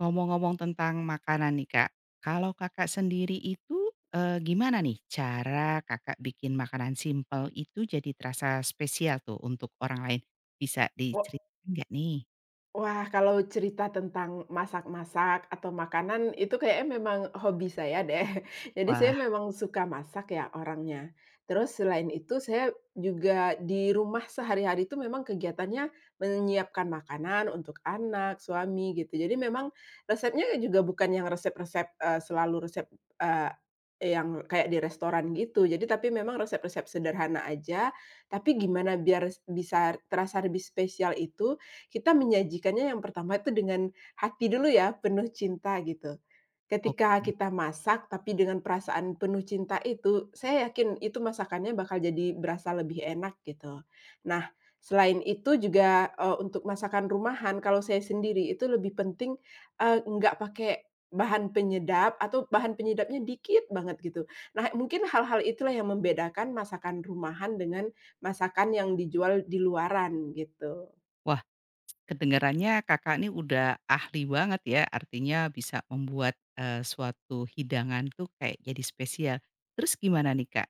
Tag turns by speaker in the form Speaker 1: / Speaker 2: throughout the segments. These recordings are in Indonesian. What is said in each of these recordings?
Speaker 1: Ngomong-ngomong tentang makanan nih, Kak. Kalau Kakak sendiri itu, gimana nih cara Kakak bikin makanan simpel itu jadi terasa spesial tuh untuk orang lain? Bisa
Speaker 2: Wah.
Speaker 1: diceritain nggak nih?
Speaker 2: Wah, kalau cerita tentang masak-masak atau makanan itu kayaknya memang hobi saya deh. Jadi saya
Speaker 1: Wah,
Speaker 2: memang suka masak ya orangnya. Terus selain itu saya juga di rumah sehari-hari itu memang kegiatannya menyiapkan makanan untuk anak, suami gitu. Jadi memang resepnya juga bukan yang resep-resep, selalu resep, eee, yang kayak di restoran gitu. Jadi tapi memang resep-resep sederhana aja, tapi gimana biar bisa terasa lebih spesial itu kita menyajikannya yang pertama itu dengan hati dulu ya, penuh cinta gitu. Ketika
Speaker 1: oke.
Speaker 2: kita masak tapi dengan perasaan penuh cinta itu, saya yakin itu masakannya bakal jadi berasa lebih enak gitu. Nah, selain itu juga, untuk masakan rumahan kalau saya sendiri itu lebih penting, nggak pakai bahan penyedap atau bahan penyedapnya dikit banget gitu. Nah, mungkin hal-hal itulah yang membedakan masakan rumahan dengan masakan yang dijual di luaran gitu.
Speaker 1: Wah, kedengarannya Kakak ini udah ahli banget ya, artinya bisa membuat, suatu hidangan tuh kayak jadi spesial. Terus gimana nih, Kak?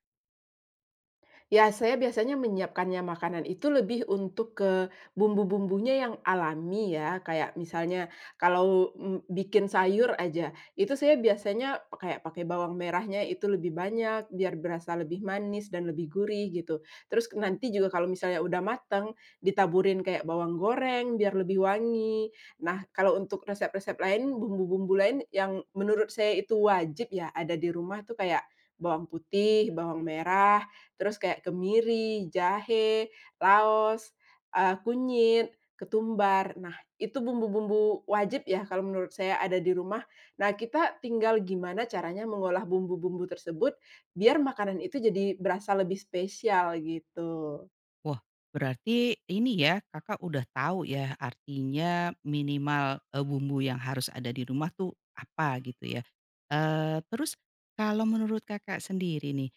Speaker 2: Ya, saya biasanya menyiapkannya makanan itu lebih untuk ke bumbu-bumbunya yang alami ya, kayak misalnya kalau, bikin sayur aja, itu saya biasanya kayak pakai bawang merahnya itu lebih banyak, biar berasa lebih manis dan lebih gurih gitu. Terus nanti juga kalau misalnya udah mateng, ditaburin kayak bawang goreng biar lebih wangi. Nah, kalau untuk resep-resep lain, bumbu-bumbu lain yang menurut saya itu wajib ya ada di rumah tuh kayak bawang putih, bawang merah, terus kayak kemiri, jahe, laos, kunyit, ketumbar. Nah, itu bumbu-bumbu wajib ya kalau menurut saya ada di rumah. Nah, kita tinggal gimana caranya mengolah bumbu-bumbu tersebut biar makanan itu jadi berasa lebih spesial gitu.
Speaker 1: Wah, berarti ini ya, Kakak udah tahu ya, artinya minimal, bumbu yang harus ada di rumah tuh apa gitu ya. Terus kalau menurut Kakak sendiri nih,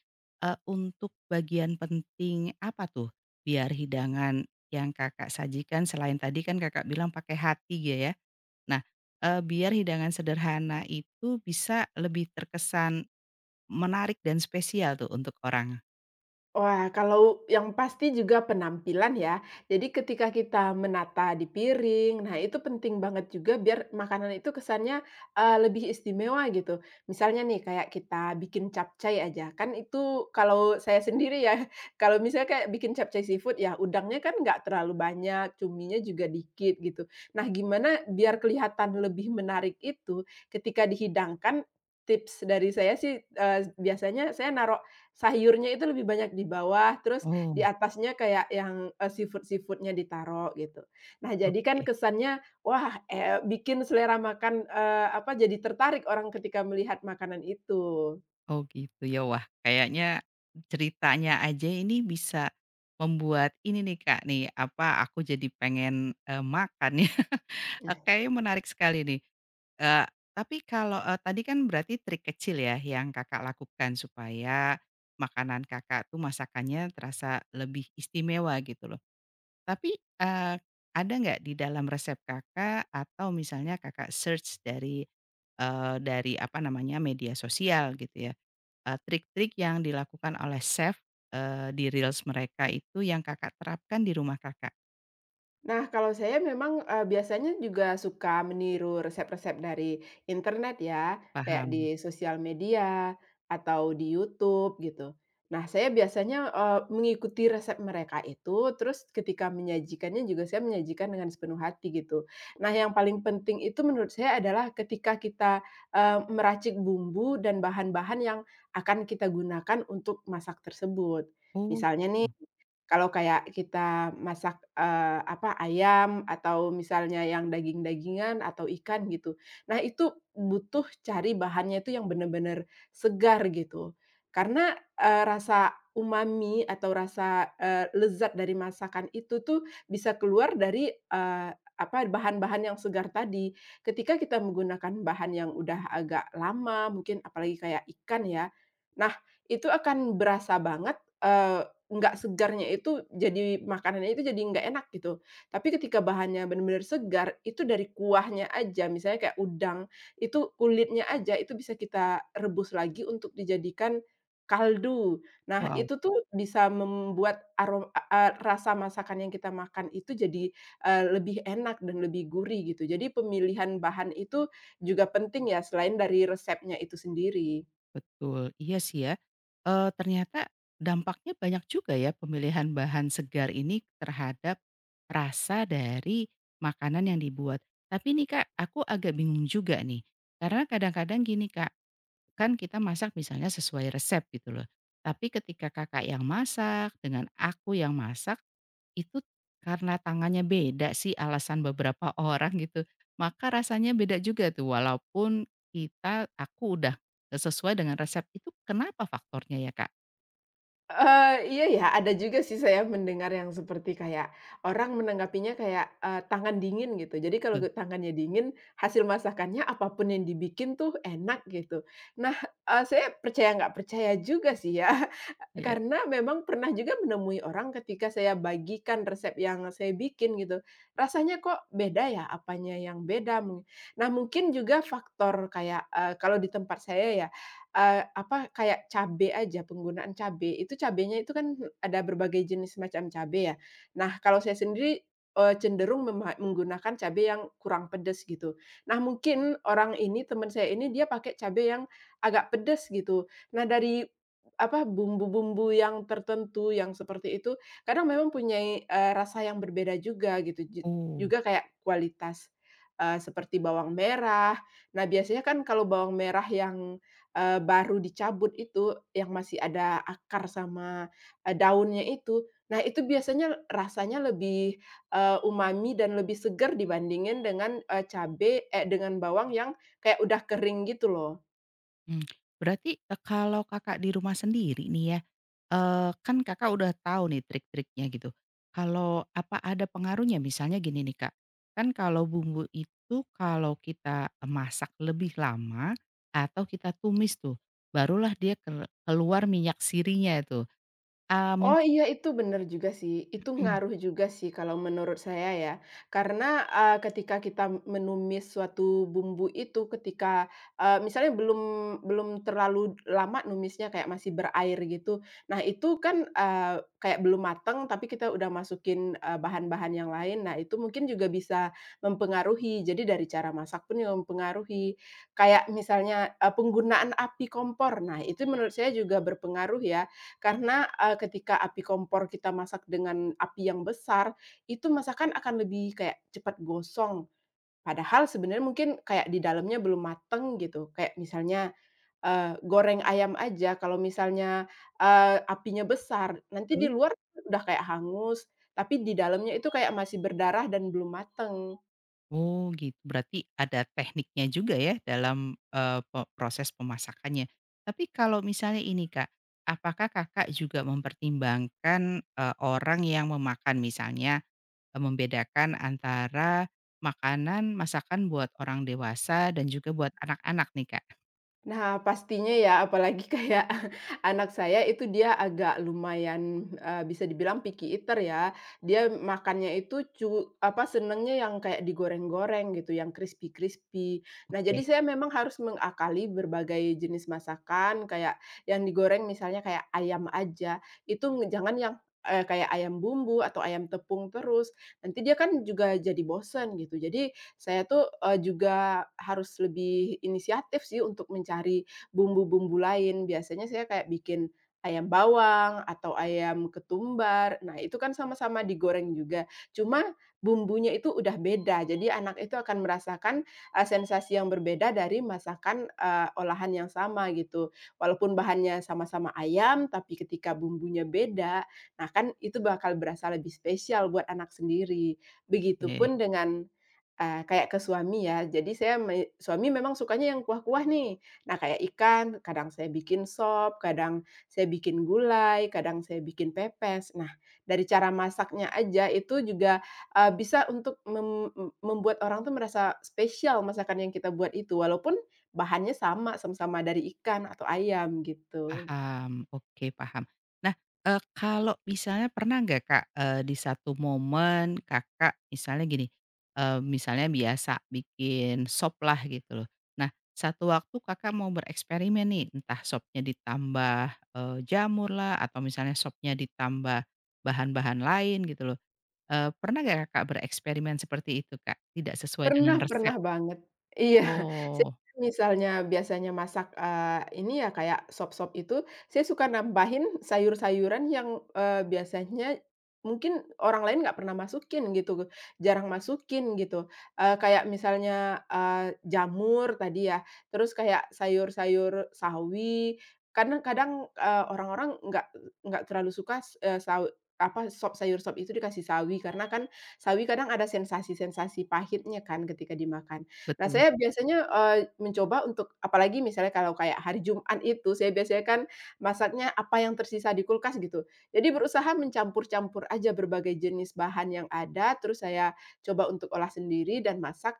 Speaker 1: untuk bagian penting apa tuh biar hidangan yang Kakak sajikan selain tadi kan Kakak bilang pakai hati ya ya. Nah, biar hidangan sederhana itu bisa lebih terkesan menarik dan spesial tuh untuk orang?
Speaker 2: Wah, kalau yang pasti juga penampilan ya. Jadi ketika kita menata di piring, nah itu penting banget juga biar makanan itu kesannya, lebih istimewa gitu. Misalnya nih kayak kita bikin capcay aja, kan itu kalau saya sendiri ya, kalau misalnya kayak bikin capcay seafood ya udangnya kan nggak terlalu banyak, cuminya juga dikit gitu. Nah gimana biar kelihatan lebih menarik itu ketika dihidangkan, tips dari saya sih, biasanya saya naruh sayurnya itu lebih banyak di bawah, terus di
Speaker 1: Oh,
Speaker 2: atasnya kayak yang, seafoodnya nya ditaruh gitu. Nah, jadi kan
Speaker 1: oke.
Speaker 2: kesannya, wah, bikin selera makan, apa, jadi tertarik orang ketika melihat makanan itu.
Speaker 1: Oh gitu ya, wah kayaknya ceritanya aja ini bisa membuat ini nih Kak nih, apa, aku jadi pengen, makan ya. Kayaknya menarik sekali nih. Eee, tapi kalau, tadi kan berarti trik kecil ya yang Kakak lakukan supaya makanan Kakak tuh masakannya terasa lebih istimewa gitu loh. Tapi, ada nggak di dalam resep Kakak atau misalnya Kakak search dari, dari apa namanya, media sosial gitu ya. Trik-trik yang dilakukan oleh chef, di reels mereka itu yang Kakak terapkan di rumah Kakak?
Speaker 2: Nah, kalau saya memang, biasanya juga suka meniru resep-resep dari internet ya, kayak
Speaker 1: Paham.
Speaker 2: di sosial media atau di YouTube gitu. Nah, saya biasanya, mengikuti resep mereka itu, terus ketika menyajikannya juga saya menyajikan dengan sepenuh hati gitu. Nah, yang paling penting itu menurut saya adalah ketika kita, meracik bumbu dan bahan-bahan yang akan kita gunakan untuk masak tersebut.
Speaker 1: Oh
Speaker 2: Misalnya
Speaker 1: gitu.
Speaker 2: nih kalau kayak kita masak, apa, ayam atau misalnya yang daging-dagingan atau ikan gitu. Nah itu butuh cari bahannya itu yang benar-benar segar gitu. Karena, rasa umami atau rasa, lezat dari masakan itu tuh bisa keluar dari, apa, bahan-bahan yang segar tadi. Ketika kita menggunakan bahan yang udah agak lama mungkin apalagi kayak ikan ya, nah itu akan berasa banget, eh, nggak segarnya itu jadi makanannya itu jadi nggak enak gitu. Tapi ketika bahannya benar-benar segar, itu dari kuahnya aja, misalnya kayak udang, itu kulitnya aja itu bisa kita rebus lagi untuk dijadikan kaldu. Nah,
Speaker 1: Wow,
Speaker 2: itu tuh bisa membuat arom a a rasa masakan yang kita makan itu jadi, lebih enak dan lebih gurih gitu. Jadi pemilihan bahan itu juga penting ya selain dari resepnya itu sendiri.
Speaker 1: betul. Iya sih ya, ternyata dampaknya banyak juga ya pemilihan bahan segar ini terhadap rasa dari makanan yang dibuat. Tapi nih Kak, aku agak bingung juga nih, karena kadang-kadang gini Kak, kan kita masak misalnya sesuai resep gitu loh. Tapi ketika Kakak yang masak dengan aku yang masak, itu karena tangannya beda sih alasan beberapa orang gitu, maka rasanya beda juga tuh walaupun aku udah sesuai dengan resep itu kenapa faktornya ya, Kak?
Speaker 2: Iya ya, ada juga sih saya mendengar yang seperti kayak orang menanggapinya kayak, tangan dingin gitu. Jadi kalau
Speaker 1: Tuh,
Speaker 2: tangannya dingin, hasil masakannya apa pun yang dibikin tuh enak gitu. Nah, saya percaya nggak percaya juga sih ya,
Speaker 1: iya.
Speaker 2: karena memang pernah juga menemui orang ketika saya bagikan resep yang saya bikin gitu, rasanya kok beda ya, apanya yang beda nah mungkin juga faktor kayak, kalau di tempat saya ya. Apa, kayak cabe aja, penggunaan cabe, itu cabenya itu kan ada berbagai jenis macam cabe ya. Nah, kalau saya sendiri, cenderung menggunakan cabe yang kurang pedes gitu. Nah, mungkin orang ini, teman saya ini, dia pakai cabe yang agak pedes gitu. Nah, dari apa, bumbu-bumbu yang tertentu yang seperti itu, kadang memang punyai, rasa yang berbeda juga gitu,
Speaker 1: Oh.
Speaker 2: juga kayak kualitas, seperti bawang merah. Nah, biasanya kan kalau bawang merah yang baru dicabut itu, yang masih ada akar sama, daunnya itu. Nah, itu biasanya rasanya lebih, umami dan lebih segar dibandingin dengan, dengan bawang yang kayak udah kering gitu loh.
Speaker 1: Mmm, berarti, kalau Kakak di rumah sendiri nih ya, eee, kan Kakak udah tahu nih trik-triknya gitu. Kalau apa ada pengaruhnya? Misalnya gini nih Kak, kan kalau bumbu itu kalau kita, masak lebih lama atau kita tumis tuh, barulah dia keluar minyak sirinya itu. Eee,
Speaker 2: Oh
Speaker 1: mungkin
Speaker 2: iya itu bener juga sih, itu
Speaker 1: Mhm.
Speaker 2: ngaruh juga sih kalau menurut saya ya. Karena, ketika kita menumis suatu bumbu itu ketika, misalnya belum belum terlalu lama numisnya kayak masih berair gitu. Nah itu kan, kayak belum mateng tapi kita udah masukin, bahan-bahan yang lain, nah itu mungkin juga bisa mempengaruhi. Jadi dari cara masak pun juga mempengaruhi. Kayak misalnya, penggunaan api kompor, nah itu menurut saya juga berpengaruh ya. Karena, ketika api kompor kita masak dengan api yang besar, itu masakan akan lebih kayak cepat gosong. Padahal sebenarnya mungkin kayak di dalamnya belum mateng gitu, kayak misalnya, goreng ayam aja kalau misalnya, apinya besar, nanti di
Speaker 1: Betul?
Speaker 2: luar udah kayak hangus, tapi di dalamnya itu kayak masih berdarah dan belum mateng.
Speaker 1: Oh gitu, berarti ada tekniknya juga ya dalam, proses pemasakannya. Tapi kalau misalnya ini Kak, apakah Kakak juga mempertimbangkan, orang yang memakan misalnya, membedakan antara makanan masakan buat orang dewasa dan juga buat anak-anak nih Kak?
Speaker 2: Nah, pastinya ya, apalagi kayak anak saya itu dia agak lumayan, bisa dibilang picky eater ya. Dia makannya itu apa, senengnya yang kayak digoreng-goreng gitu, yang crispy-crispy. Nah,
Speaker 1: Oke.
Speaker 2: jadi saya memang harus mengakali berbagai jenis masakan, kayak yang digoreng misalnya kayak ayam aja, itu jangan yang, kayak ayam bumbu atau ayam tepung terus, nanti dia kan juga jadi bosen gitu. Jadi saya tuh, juga harus lebih inisiatif sih untuk mencari bumbu-bumbu lain. Biasanya saya kayak bikin ayam bawang atau ayam ketumbar. Nah, itu kan sama-sama digoreng juga, cuma bumbunya itu udah beda. Jadi anak itu akan merasakan, sensasi yang berbeda dari masakan, olahan yang sama gitu. Walaupun bahannya sama-sama ayam, tapi ketika bumbunya beda, nah kan itu bakal berasa lebih spesial buat anak sendiri. Begitupun dengan kayak ke suami ya, jadi saya me suami memang sukanya yang kuah-kuah nih. Nah, kayak ikan, kadang saya bikin sop, kadang saya bikin gulai, kadang saya bikin pepes. Nah, dari cara masaknya aja itu juga, bisa untuk membuat orang tuh merasa spesial masakan yang kita buat itu, walaupun bahannya sama, sama-sama dari ikan atau ayam gitu.
Speaker 1: Paham, oke paham. Nah, kalau misalnya pernah nggak Kak, di satu momen Kakak misalnya gini, misalnya biasa bikin sop lah gitu loh. Nah, satu waktu Kakak mau bereksperimen nih, entah sopnya ditambah, jamur lah atau misalnya sopnya ditambah bahan-bahan lain gitu loh. Pernah nggak Kakak bereksperimen seperti itu Kak? Tidak sesuai dengan
Speaker 2: Pernah
Speaker 1: resep?
Speaker 2: pernah banget. Iya, saya
Speaker 1: Oh,
Speaker 2: misalnya biasanya masak, ini ya kayak sop-sop itu, saya suka nambahin sayur-sayuran yang, biasanya mungkin orang lain nggak pernah masukin gitu, jarang masukin gitu. Kayak misalnya, jamur tadi ya, terus kayak sayur-sayur sawi, karena kadang, orang-orang nggak terlalu suka, eee, saw apa, sop itu dikasih sawi, karena kan sawi kadang ada sensasi-sensasi pahitnya kan ketika dimakan. Nah,
Speaker 1: betul,
Speaker 2: saya biasanya, mencoba untuk apalagi misalnya kalau kayak hari Jumat itu, saya biasanya kan masaknya apa yang tersisa di kulkas gitu. Jadi berusaha mencampur-campur aja berbagai jenis bahan yang ada, terus saya coba untuk olah sendiri dan masak.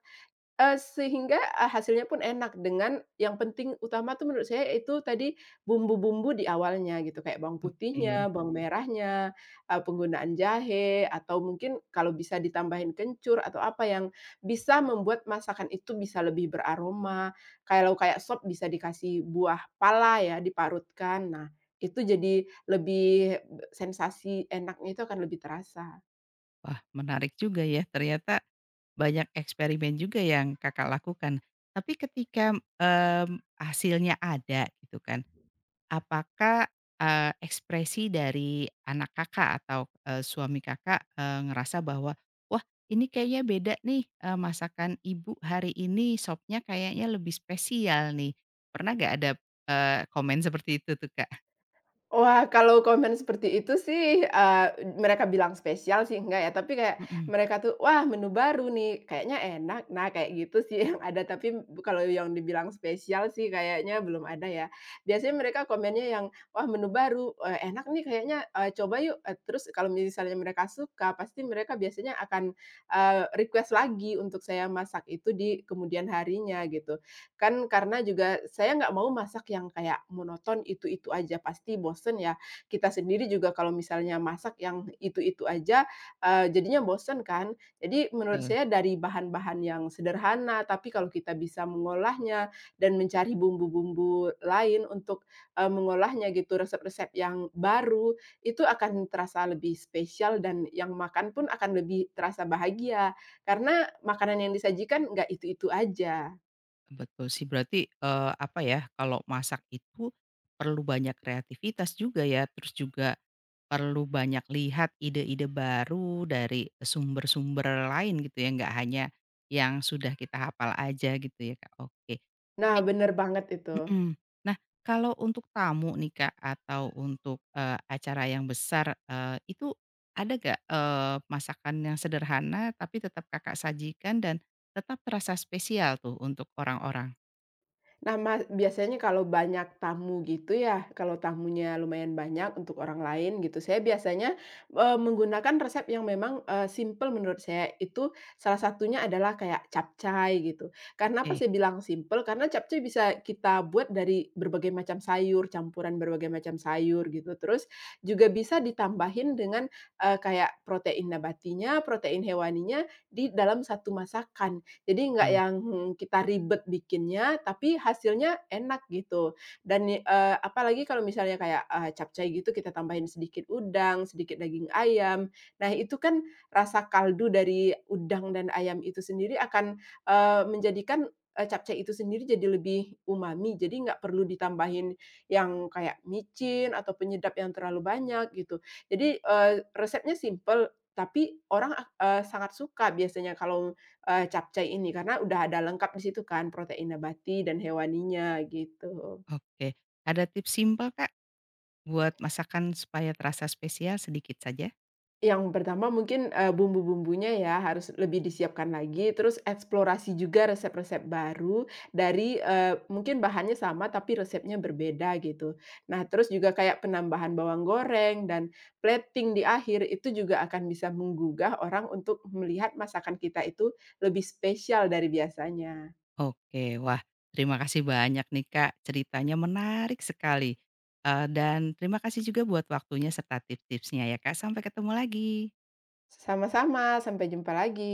Speaker 2: Sehingga, hasilnya pun enak dengan yang penting utama tuh menurut saya itu tadi bumbu-bumbu di awalnya gitu, kayak bawang
Speaker 1: oke.
Speaker 2: putihnya, bawang merahnya, penggunaan jahe, atau mungkin kalau bisa ditambahin kencur atau apa yang bisa membuat masakan itu bisa lebih beraroma. Kalau kayak sop bisa dikasih buah pala ya, diparutkan. Nah, itu jadi lebih sensasi enaknya itu akan lebih terasa.
Speaker 1: Wah, menarik juga ya. Ternyata banyak eksperimen juga yang Kakak lakukan. Tapi ketika, hasilnya ada gitu kan, apakah, ekspresi dari anak Kakak atau, suami Kakak, ngerasa bahwa, "Wah, ini kayaknya beda nih, masakan ibu hari ini, sopnya kayaknya lebih spesial nih." Pernah nggak ada, komen seperti itu tuh, Kak?
Speaker 2: Wah, kalau komen seperti itu sih, mereka bilang spesial sih enggak ya, tapi kayak
Speaker 1: Mhm.
Speaker 2: mereka tuh, "Wah, menu baru nih, kayaknya enak." Nah, kayak gitu sih yang ada, tapi kalau yang dibilang spesial sih kayaknya belum ada ya. Biasanya mereka komennya yang, "Wah, menu baru, enak nih kayaknya, coba yuk." Terus kalau misalnya mereka suka, pasti mereka biasanya akan, request lagi untuk saya masak itu di kemudian harinya gitu. Kan karena juga saya nggak mau masak yang kayak monoton, itu-itu aja, pasti bosen ya. Kita sendiri juga kalau misalnya masak yang itu-itu aja, jadinya bosen kan. Jadi menurut
Speaker 1: Betul.
Speaker 2: saya dari bahan-bahan yang sederhana, tapi kalau kita bisa mengolahnya dan mencari bumbu-bumbu lain untuk, mengolahnya gitu, resep-resep yang baru, itu akan terasa lebih spesial dan yang makan pun akan lebih terasa bahagia, karena makanan yang disajikan nggak itu-itu aja.
Speaker 1: Betul sih berarti, apa ya, kalau masak itu perlu banyak kreativitas juga ya, terus juga perlu banyak lihat ide-ide baru dari sumber-sumber lain gitu ya, nggak hanya yang sudah kita hafal aja gitu ya, Kak, oke.
Speaker 2: Nah,
Speaker 1: Tapi
Speaker 2: bener banget itu.
Speaker 1: mhm, nah kalau untuk tamu nih, Kak, atau untuk, acara yang besar, itu ada nggak, masakan yang sederhana tapi tetap Kakak sajikan dan tetap terasa spesial tuh untuk orang-orang?
Speaker 2: Nah, biasanya kalau banyak tamu gitu ya, kalau tamunya lumayan banyak untuk orang lain gitu, saya biasanya, menggunakan resep yang memang, simpel menurut saya. Itu salah satunya adalah kayak capcay gitu. Karena apa
Speaker 1: Oke,
Speaker 2: saya bilang simple karena capcay bisa kita buat dari berbagai macam sayur, campuran berbagai macam sayur gitu. Terus juga bisa ditambahin dengan, kayak protein nabatinya, protein hewaninya di dalam satu masakan. Jadi nggak
Speaker 1: mmm,
Speaker 2: yang kita ribet bikinnya, tapi hasilnya enak gitu. Dan, apalagi kalau misalnya kayak, capcay gitu kita tambahin sedikit udang, sedikit daging ayam. Nah itu kan rasa kaldu dari udang dan ayam itu sendiri akan, menjadikan, capcay itu sendiri jadi lebih umami. Jadi nggak perlu ditambahin yang kayak micin atau penyedap yang terlalu banyak gitu. Jadi, resepnya simple, tapi sangat suka biasanya kalau capcay ini, karena udah ada lengkap di situ kan protein nabati dan hewaninya gitu.
Speaker 1: oke. Ada tips simpel, Kak, buat masakan supaya terasa spesial sedikit saja?
Speaker 2: Yang pertama mungkin, bumbu-bumbunya ya harus lebih disiapkan lagi, terus eksplorasi juga resep-resep baru dari, mungkin bahannya sama tapi resepnya berbeda gitu. Nah terus juga kayak penambahan bawang goreng dan plating di akhir itu juga akan bisa menggugah orang untuk melihat masakan kita itu lebih spesial dari biasanya.
Speaker 1: Oke, wah terima kasih banyak nih, Kak, ceritanya menarik sekali, dan terima kasih juga buat waktunya serta tips-tipsnya ya, Kak. Sampai ketemu lagi.
Speaker 2: Sama-sama, sampai jumpa lagi.